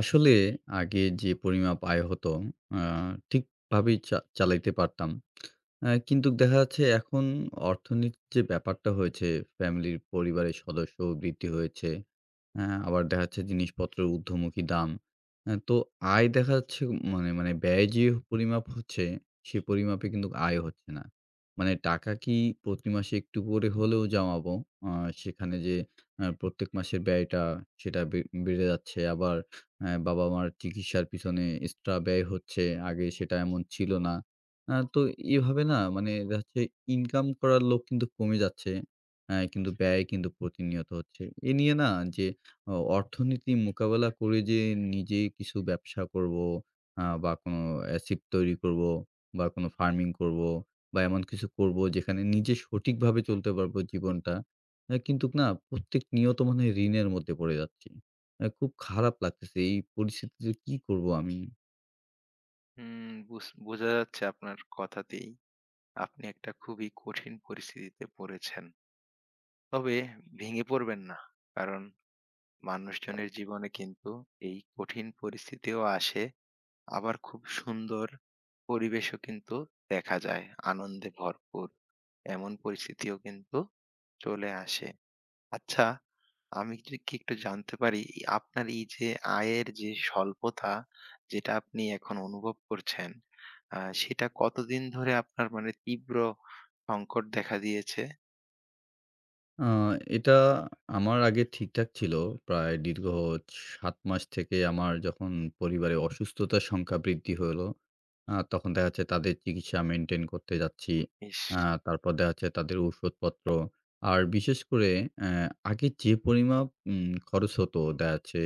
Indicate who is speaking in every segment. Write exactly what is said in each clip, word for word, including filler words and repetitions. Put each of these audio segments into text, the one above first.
Speaker 1: আসলে আগে যে পরিমাপ আয় হতো আ ঠিকভাবেই চা চালাইতে পারতাম। আ কিন্তু দেখা যাচ্ছে এখন অর্থনীতির যে ব্যাপারটা হয়েছে, ফ্যামিলির পরিবারের সদস্য বৃদ্ধি হয়েছে। আ আবার দেখা যাচ্ছে জিনিসপত্রের ঊর্ধ্বমুখী দাম। আ তো আয় দেখা যাচ্ছে মানে মানে ব্যয় যে পরিমাপ হচ্ছে, সে পরিমাপে কিন্তু আয় হচ্ছে না। মানে টাকা কি প্রতি মাসে একটু করে হলেও জমাবো, আ সেখানে যে আ প্রত্যেক মাসের ব্যয়টা সেটা বে বেড়ে যাচ্ছে। আবার হ্যাঁ, বাবা-মার চিকিৎসার পিছনে এক্সট্রা ব্যয় হচ্ছে। আগে সেটা এমন ছিল না। আ তো এভাবে না মানে দেখা যাচ্ছে ইনকাম করার লোক কিন্তু কমে যাচ্ছে। অ্যা কিন্তু ব্যয় কিন্তু প্রতিনিয়ত হচ্ছে। এ নিয়ে না যে অ অর্থনীতি মোকাবেলা করে যে নিজে কিছু ব্যবসা করব আ বা কোনো অ্যাসিড তৈরি করব বা কোনো ফার্মিং করব বা এমন কিছু করব যেখানে নিজে সঠিকভাবে চলতে পারবো জীবনটা। অ্যা কিন্তু না প্রত্যেক নিয়ত মনে হয় ঋণের মধ্যে পড়ে যাচ্ছি। অ্যা খুব খারাপ লাগতেছে। এই পরিস্থিতিতে কি করব আমি?
Speaker 2: হুম, বুঝ বোঝা যাচ্ছে আপনার কথাতেই আপনি একটা খুবই কঠিন পরিস্থিতিতে পড়েছেন। তবে ভেঙে পড়বেন না। কারণ মানুষজনের জীবনে কিন্তু এই কঠিন পরিস্থিতিও আসে, আবার খুব সুন্দর পরিবেশও কিন্তু দেখা যায়, আনন্দে ভরপুর। এমন পরিস্থিতিও কিন্তু চলে আসে। আচ্ছা, আমি যদি কি একটু জানতে পারি, এই আপনার এই যে আয়ের যে স্বল্পতা, যেটা আপনি এখন অনুভব করছেন, আ সেটা কতদিন ধরে আপনার মানে তীব্র সংকট দেখা দিয়েছে?
Speaker 1: আ এটা আমার আগে ঠিকঠাক ছিল। প্রায় দীর্ঘ সাত মাস থেকে আমার যখন পরিবারে অসুস্থতার সংখ্যা বৃদ্ধি হলো, আ তখন দেখা যাচ্ছে তাদের চিকিৎসা মেইনটেইন করতে যাচ্ছি।
Speaker 2: ইস!
Speaker 1: আ তারপর দেখা যাচ্ছে তাদের ওষুধপত্র। আর বিশেষ করে অ্যা আগে যে পরিমাপ উম খরচ হতো দেখা যাচ্ছে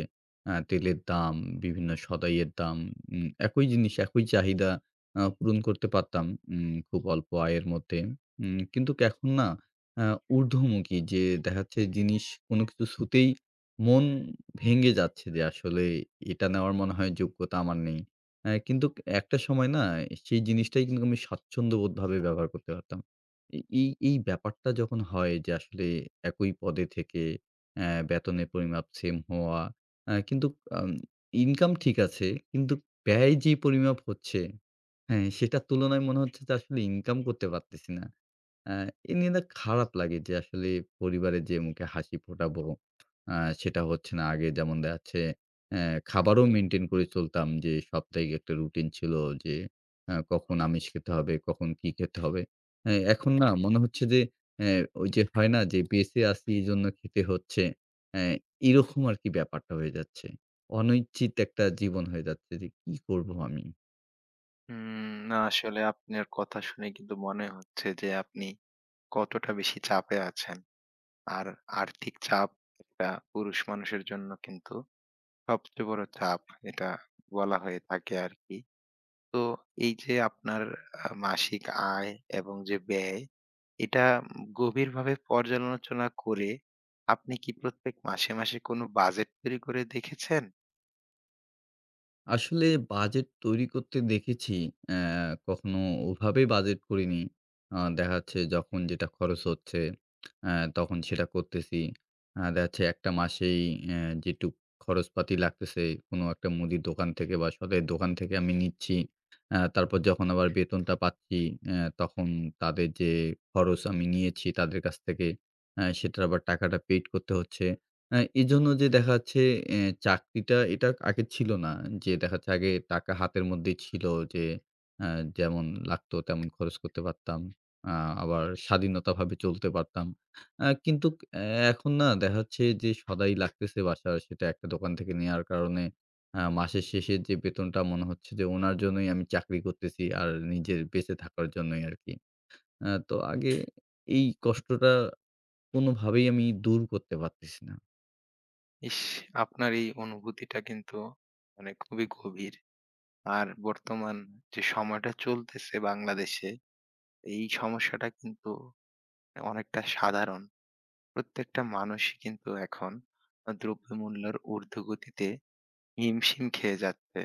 Speaker 1: আ তেলের দাম, বিভিন্ন সদাইয়ের দাম, উম একই জিনিস, একই চাহিদা আ পূরণ করতে পারতাম উম খুব অল্প আয়ের মধ্যে। উম কিন্তু এখন না আ ঊর্ধ্বমুখী যে দেখা যাচ্ছে জিনিস কোনো কিছু ছুঁতেই মন ভেঙে যাচ্ছে যে আসলে এটা নেওয়ার মনে হয় যোগ্যতা আমার নেই। অ্যা কিন্তু একটা সময় না সেই জিনিসটাই কিন্তু আমি স্বাচ্ছন্দ্যবোধভাবে ব্যবহার করতে পারতাম। এ এই এই ব্যাপারটা যখন হয় যে আসলে একই পদে থেকে অ্যা বেতনের পরিমাপ সেম হওয়া, অ্যা কিন্তু আম ইনকাম ঠিক আছে কিন্তু ব্যয় যে পরিমাপ হচ্ছে, হ্যাঁ, সেটার তুলনায় মনে হচ্ছে যে আসলে ইনকাম করতে পারতেছি না। অ্যা এ নিয়ে না খারাপ লাগে যে আসলে পরিবারে যে মুখে হাসি ফোটাবো আ সেটা হচ্ছে না। আগে যেমন দেখা যাচ্ছে অ্যা খাবারও মেইনটেইন করে চলতাম যে সাপ্তাহিক একটা রুটিন ছিল যে অ্যা কখন আমিষ খেতে হবে, কখন কি খেতে হবে। অ্যা এখন না মনে হচ্ছে যে অ্যা ওই যে হয় না যে বেঁচে আছি এজন্য খেতে হচ্ছে। অ্যা এরকম আরকি ব্যাপারটা হয়ে যাচ্ছে। অনিশ্চিত একটা জীবন হয়ে যাচ্ছে যে কি করব আমি?
Speaker 2: উম না আসলে আপনার কথা শুনে কিন্তু মনে হচ্ছে যে আপনি কতটা বেশি চাপে আছেন। আর আর্থিক চাপ একটা পুরুষ মানুষের জন্য কিন্তু সবচেয়ে বড় চাপ, এটা বলা হয়ে থাকে আরকি। তো এই যে আপনার আ মাসিক আয় এবং যে ব্যয়, এটা গভীরভাবে পর্যালোচনা করে আপনি কি প্রত্যেক মাসে, মাসে কোনো বাজেট তৈরি করে দেখেছেন?
Speaker 1: আসলে বাজেট তৈরি করতে দেখেছি। অ্যা কখনো ওভাবে বাজেট করিনি। আ দেখা যাচ্ছে যখন যেটা খরচ হচ্ছে, অ্যা তখন সেটা করতেছি। আ দেখা যাচ্ছে একটা মাসেই অ্যা যেটুক খরচপাতি লাগতেছে কোনো একটা মুদির দোকান থেকে বা সদের দোকান থেকে আমি নিচ্ছি। অ্যা তারপর যখন আবার বেতনটা পাচ্ছি, অ্যা তখন তাদের যে খরচ আমি নিয়েছি তাদের কাছ থেকে, অ্যা সেটার আবার টাকাটা পেইড করতে হচ্ছে। আ এজন্য যে দেখা যাচ্ছে এ চাকরিটা এটা আগে ছিল না। যে দেখা যাচ্ছে আগে টাকা হাতের মধ্যেই ছিল যে আ যেমন লাগতো তেমন খরচ করতে পারতাম। আ আবার স্বাধীনতাভাবে চলতে পারতাম। আ কিন্তু এ এখন না দেখা যাচ্ছে যে সদাই লাগতেছে বাসার সেটা একটা দোকান থেকে নেয়ার কারণে আ মাসের শেষে যে বেতনটা মনে হচ্ছে যে ওনার জন্যই আমি চাকরি করতেছি আর নিজের বেঁচে থাকার জন্যই আরকি। আ তো আগে এই কষ্টটা কোনোভাবেই আমি দূর করতে পারতেছি না।
Speaker 2: ইস! আপনার এই অনুভূতিটা কিন্তু মানে খুবই গভীর। আর বর্তমান যে সময়টা চলতেছে বাংলাদেশে, এই সমস্যাটা কিন্তু অনেকটা সাধারণ। প্রত্যেকটা মানুষই কিন্তু এখন আ দ্রব্যমূল্যের ঊর্ধ্বগতিতে হিমশিম খেয়ে যাচ্ছে।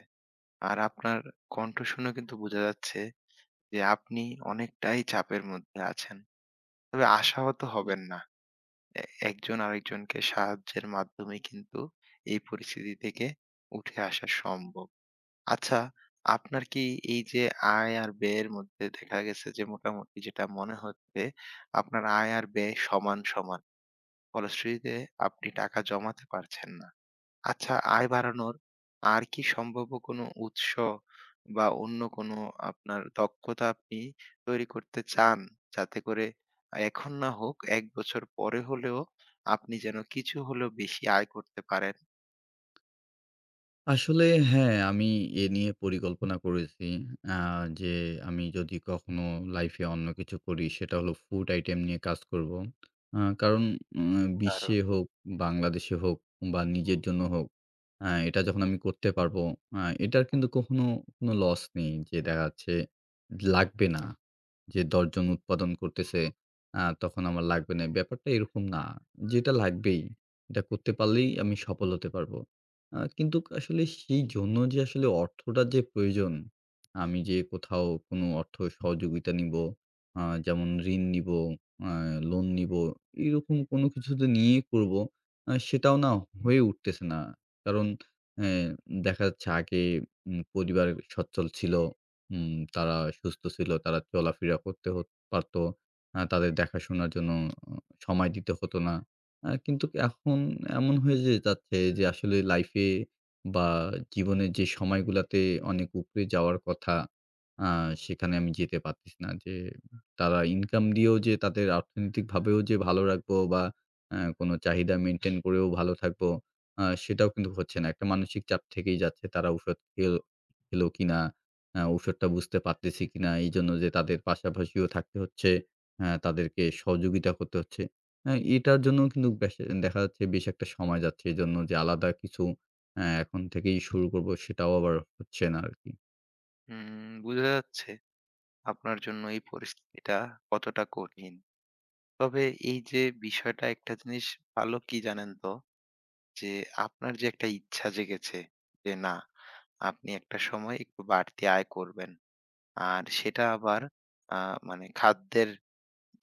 Speaker 2: আর আপনার কণ্ঠ শুনে কিন্তু বোঝা যাচ্ছে যে আপনি অনেকটাই চাপের মধ্যে আছেন। তবে আশাহত হবেন না। এ একজন আরেকজনকে সাহায্যের মাধ্যমে কিন্তু এই পরিস্থিতি থেকে উঠে আসা সম্ভব। আচ্ছা, আপনার কি এই যে আয় আর ব্যয়ের মধ্যে দেখা গেছে যে মোটামুটি যেটা মনে হচ্ছে আপনার আয় আর ব্যয় সমান, সমান। ফলশ্রুতিতে আপনি টাকা জমাতে পারছেন না। আচ্ছা, আয় বাড়ানোর আর কি সম্ভাব্য কোনো উৎস বা অন্য কোনো আপনার দক্ষতা আপনি তৈরি করতে চান? যাতে করে এখন না হোক এক বছর পরে হলেও আপনি যেন কিছু হলেও বেশি আয় করতে পারেন।
Speaker 1: আসলে হ্যাঁ, আমি এ নিয়ে পরিকল্পনা করেছি। আ যে আমি যদি কখনো লাইফে অন্য কিছু করি সেটা হলো ফুড আইটেম নিয়ে কাজ করব। আ কারণ উম
Speaker 2: কারণ
Speaker 1: বিশ্বে হোক, বাংলাদেশে হোক বা নিজের জন্য হোক, আ এটা যখন আমি করতে পারবো, আ এটার কিন্তু কখনো কোনো লস নেই। যে দেখা যাচ্ছে লাগবে না। যে দশ জন উৎপাদন করতেছে, আ তখন আমার লাগবে না। ব্যাপারটা এরকম না। যেটা লাগবেই, এটা করতে পারলেই আমি সফল হতে পারবো। আ কিন্তু আসলে সেই জন্য যে আসলে অর্থটা যে প্রয়োজন, আমি যে কোথাও কোনো অর্থ সহযোগিতা নিবো, আ যেমন ঋণ নিবো, আ লোন নিবো, এরকম কোনো কিছু তো নিয়েই করবো। আ সেটাও না হয়ে উঠতেছে না। কারণ অ্যা দেখা যাচ্ছে আগে উম পরিবার সচ্ছল ছিল। উম তারা সুস্থ ছিল, তারা চলাফেরা করতে হত পারত। আ তাদের দেখাশোনার জন্য অ সময় দিতে হতো না। আ কিন্তু এখন এমন হয়ে যে যাচ্ছে যে আসলে লাইফে বা জীবনের যে সময়গুলাতে অনেক উপরে যাওয়ার কথা, আ সেখানে আমি যেতে পারতেছি না। যে তারা ইনকাম দিয়েও যে তাদের অর্থনৈতিকভাবেও যে ভালো রাখবো বা অ্যা কোনো চাহিদা মেইনটেইন করেও ভালো থাকবো, আ সেটাও কিন্তু হচ্ছে না। একটা মানসিক চাপ থেকেই যাচ্ছে। তারা ঔষধ খেল খেলো কিনা, আ ঔষধটা বুঝতে পারতেছি কিনা। এইজন্য যে তাদের পাশাপাশিও থাকতে হচ্ছে, অ্যা তাদেরকে সহযোগিতা করতে হচ্ছে। হ্যাঁ, এটার জন্য কিন্তু বেশ দেখা যাচ্ছে বেশ একটা সময় যাচ্ছে। এজন্য যে আলাদা কিছু অ্যা এখন থেকেই শুরু করব সেটাও আবার হচ্ছে না আরকি।
Speaker 2: উম বোঝা যাচ্ছে আপনার জন্য এই পরিস্থিতিটা কতটা কঠিন। তবে এই যে বিষয়টা একটা জিনিস ভালো কি জানেন তো? যে আপনার যে একটা ইচ্ছা জেগেছে যে না, আপনি একটা সময় একটু বাড়তি আয় করবেন। আর সেটা আবার আ মানে খাদ্যের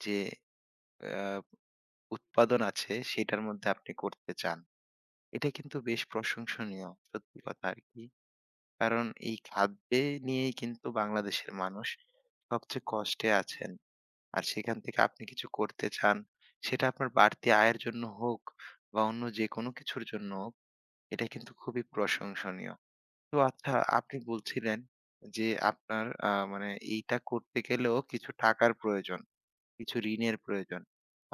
Speaker 2: যে আ উৎপাদন আছে সেটার মধ্যে আপনি করতে চান। এটা কিন্তু বেশ প্রশংসনীয় সত্যি কথা আরকি। কারণ এই খাদ্যে নিয়েই কিন্তু বাংলাদেশের মানুষ সবচেয়ে কষ্টে আছেন। আর সেখান থেকে আপনি কিছু করতে চান, সেটা আপনার বাড়তি আয়ের জন্য হোক বা অন্য যেকোনো কিছুর জন্য হোক, এটা কিন্তু খুবই প্রশংসনীয়। তো আচ্ছা আপনি বলছিলেন যে আপনার আ মানে এইটা করতে গেলেও কিছু টাকার প্রয়োজন। কিছু ঋণের প্রয়োজন।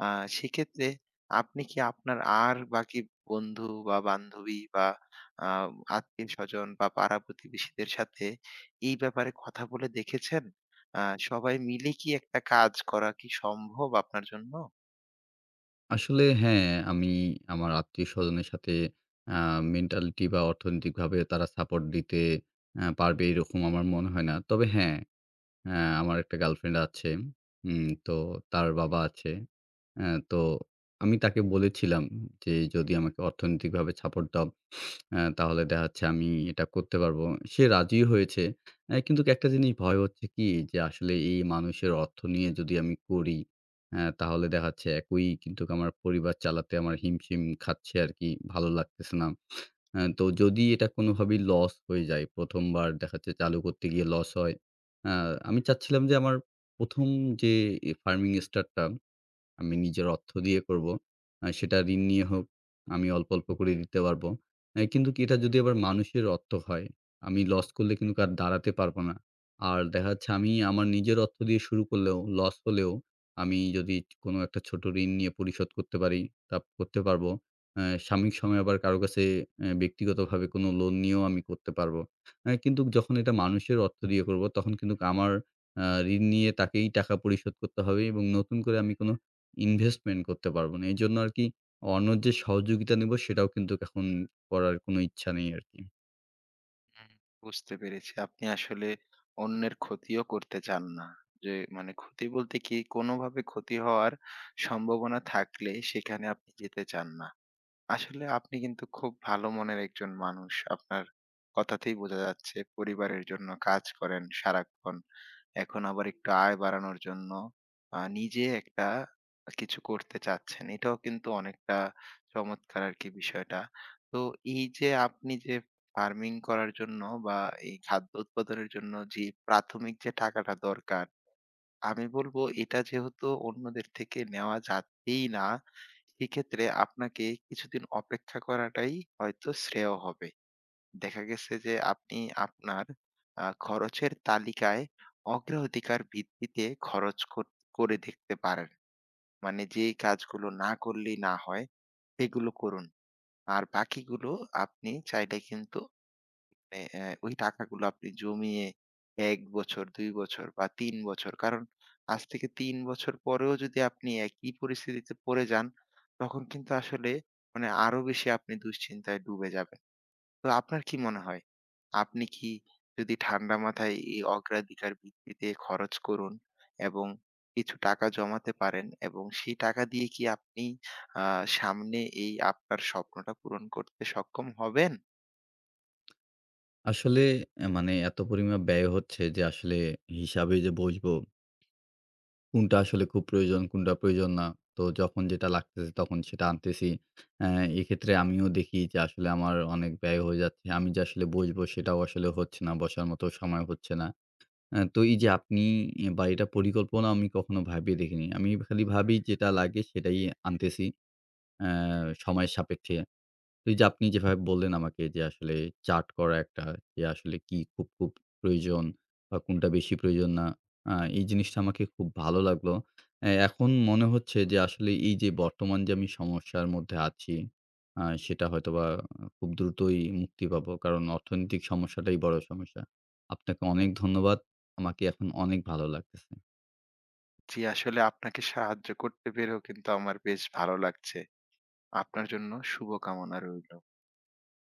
Speaker 2: আ সেক্ষেত্রে আপনি কি আপনার আর বাকি বন্ধু বা বান্ধবী বা আ আত্মীয়স্বজন বা পাড়া প্রতিবেশীদের সাথে এই ব্যাপারে কথা বলে দেখেছেন? আ সবাই মিলে কি একটা কাজ করা কি সম্ভব আপনার জন্য?
Speaker 1: আসলে হ্যাঁ, আমি আমার আত্মীয়স্বজনের সাথে আ মেন্টালিটি বা অর্থনৈতিকভাবে তারা সাপোর্ট দিতে অ্যা পারবে এরকম আমার মনে হয় না। তবে হ্যাঁ, অ্যা আমার একটা গার্লফ্রেন্ড আছে। উম তো তার বাবা আছে। অ্যা তো আমি তাকে বলেছিলাম যে, "যদি আমাকে অর্থনৈতিকভাবে সাপোর্ট দাও" আ তাহলে দেখা যাচ্ছে আমি এটা করতে পারবো। সে রাজিও হয়েছে। অ্যা কিন্তু একটা জিনিস ভয় হচ্ছে কি যে আসলে এই মানুষের অর্থ নিয়ে যদি আমি করি, অ্যা তাহলে দেখা যাচ্ছে একই কিন্তু আমার পরিবার চালাতে আমার হিমশিম খাচ্ছে আরকি। ভালো লাগতেছে না। অ্যা তো যদি এটা কোনোভাবেই লস হয়ে যায়, ১ম বার দেখা যাচ্ছে চালু করতে গিয়ে লস হয়। আ আমি চাচ্ছিলাম যে আমার ১ম যে এ ফার্মিং স্টার্ট টা আমি নিজের অর্থ দিয়ে করব। আ সেটা ঋণ নিয়ে হোক, আমি অল্প, অল্প করে দিতে পারব। অ্যা কিন্তু কি এটা যদি আবার মানুষের অর্থ হয়, আমি লস করলে কিন্তু আর দাঁড়াতে পারব না। আর দেখা যাচ্ছে আমি আমার নিজের অর্থ দিয়ে শুরু করলেও, লস হলেও আমি যদি কোনো একটা ছোট ঋণ নিয়ে পরিশোধ করতে পারি, তা করতে পারব। অ্যা সাময়িক সময়ে আবার কারো কাছে অ্যা ব্যক্তিগতভাবে কোনো লোন নিয়েও আমি করতে পারব। অ্যা কিন্তু যখন এটা মানুষের অর্থ দিয়ে করব, তখন কিন্তু আমার আ ঋণ নিয়ে তাকেই টাকা পরিশোধ করতে হবে এবং নতুন করে আমি কোন ইনভেস্টমেন্ট করতে পারব না। এজন্য আরকি অন্যের যে সহযোগিতা নিব সেটাও কিন্তু এখন করার কোনো ইচ্ছা নেই আরকি।
Speaker 2: হুম। বুঝতে পেরেছি। আপনি আসলে অন্যের ক্ষতিও করতে চান না। যে মানে ক্ষতি বলতে কি কোনোভাবে ক্ষতি হওয়ার সম্ভাবনা থাকলে সেখানে আপনি যেতে চান না। আসলে আপনি কিন্তু খুব ভালো মনের একজন মানুষ। আপনার কথাতেই বোঝা যাচ্ছে পরিবারের জন্য কাজ করেন সারাক্ষণ। এখন আবার একটু আয় বাড়ানোর জন্য আ নিজে একটা কিছু করতে চাচ্ছেন। এটাও কিন্তু অনেকটা চমৎকার আরকি বিষয়টা। তো এই যে আপনি যে ফার্মিং করার জন্য বা এই খাদ্য উৎপাদনের জন্য যে প্রাথমিক যে টাকাটা দরকার আমি বলবো এটা যেহেতু অন্যদের থেকে নেওয়া যাবেই না, সেক্ষেত্রে আপনাকে কিছুদিন অপেক্ষা করাটাই হয়তো শ্রেয় হবে। দেখা গেছে যে আপনি আপনার আ খরচের তালিকায় অগ্রাধিকার ভিত্তিতে খরচ কর করে দেখতে পারেন। মানে যেই কাজগুলো না করলেই না হয়, সেগুলো করুন। আর বাকিগুলো আপনি চাইলে কিন্তু এ এ ওই টাকাগুলো আপনি জমিয়ে এক বছর, দুই বছর বা তিন বছর কারণ আজ থেকে তিন বছর পরেও যদি আপনি একই পরিস্থিতিতে পড়ে যান, তখন কিন্তু আসলে মানে আরো বেশি আপনি দুশ্চিন্তায় ডুবে যাবেন। তো আপনার কি মনে হয়? আপনি কি যদি ঠান্ডা মাথায় এই অগ্রাধিকার ভিত্তিতে খরচ করুন এবং কিছু টাকা জমাতে পারেন এবং সেই টাকা দিয়ে কি আপনি আ সামনে এই আপনার স্বপ্নটা পূরণ করতে সক্ষম হবেন?
Speaker 1: আসলে অ্যা মানে এত পরিমাণ ব্যয় হচ্ছে যে আসলে হিসাবে যে বসবো, কোনটা আসলে খুব প্রয়োজন, কোনটা প্রয়োজন না। তো যখন যেটা লাগতেছে তখন সেটা আনতেছি। অ্যা এক্ষেত্রে আমিও দেখি যে আসলে আমার অনেক ব্যয় হয়ে যাচ্ছে। আমি যে আসলে বসবো সেটাও আসলে হচ্ছে না, বসার মতো সময় হচ্ছে না। অ্যা তো এই যে আপনি বা এটা পরিকল্পনা আমি কখনো ভাবিয়ে দেখিনি। আমি খালি ভাবি যেটা লাগে সেটাই আনতেছি। অ্যা সময়ের সাপেক্ষে। তো এই যে আপনি যেভাবে বললেন আমাকে যে আসলে চার্ট করা একটা যে আসলে কি খুব, খুব প্রয়োজন বা কোনটা বেশি প্রয়োজন না। আ এই জিনিসটা আমাকে খুব ভালো লাগলো। অ্যা এখন মনে হচ্ছে যে আসলে এই যে বর্তমান যে আমি সমস্যার মধ্যে আছি, আ সেটা হয়তোবা খুব দ্রুতই মুক্তি পাবো। কারণ অর্থনৈতিক সমস্যাটাই বড় সমস্যা। আপনাকে অনেক ধন্যবাদ। আমাকে এখন অনেক ভালো লাগতেছে।
Speaker 2: জি, আসলে আপনাকে সাহায্য করতে পেরেও কিন্তু আমার বেশ ভালো লাগছে। আপনার জন্য শুভকামনা রইল।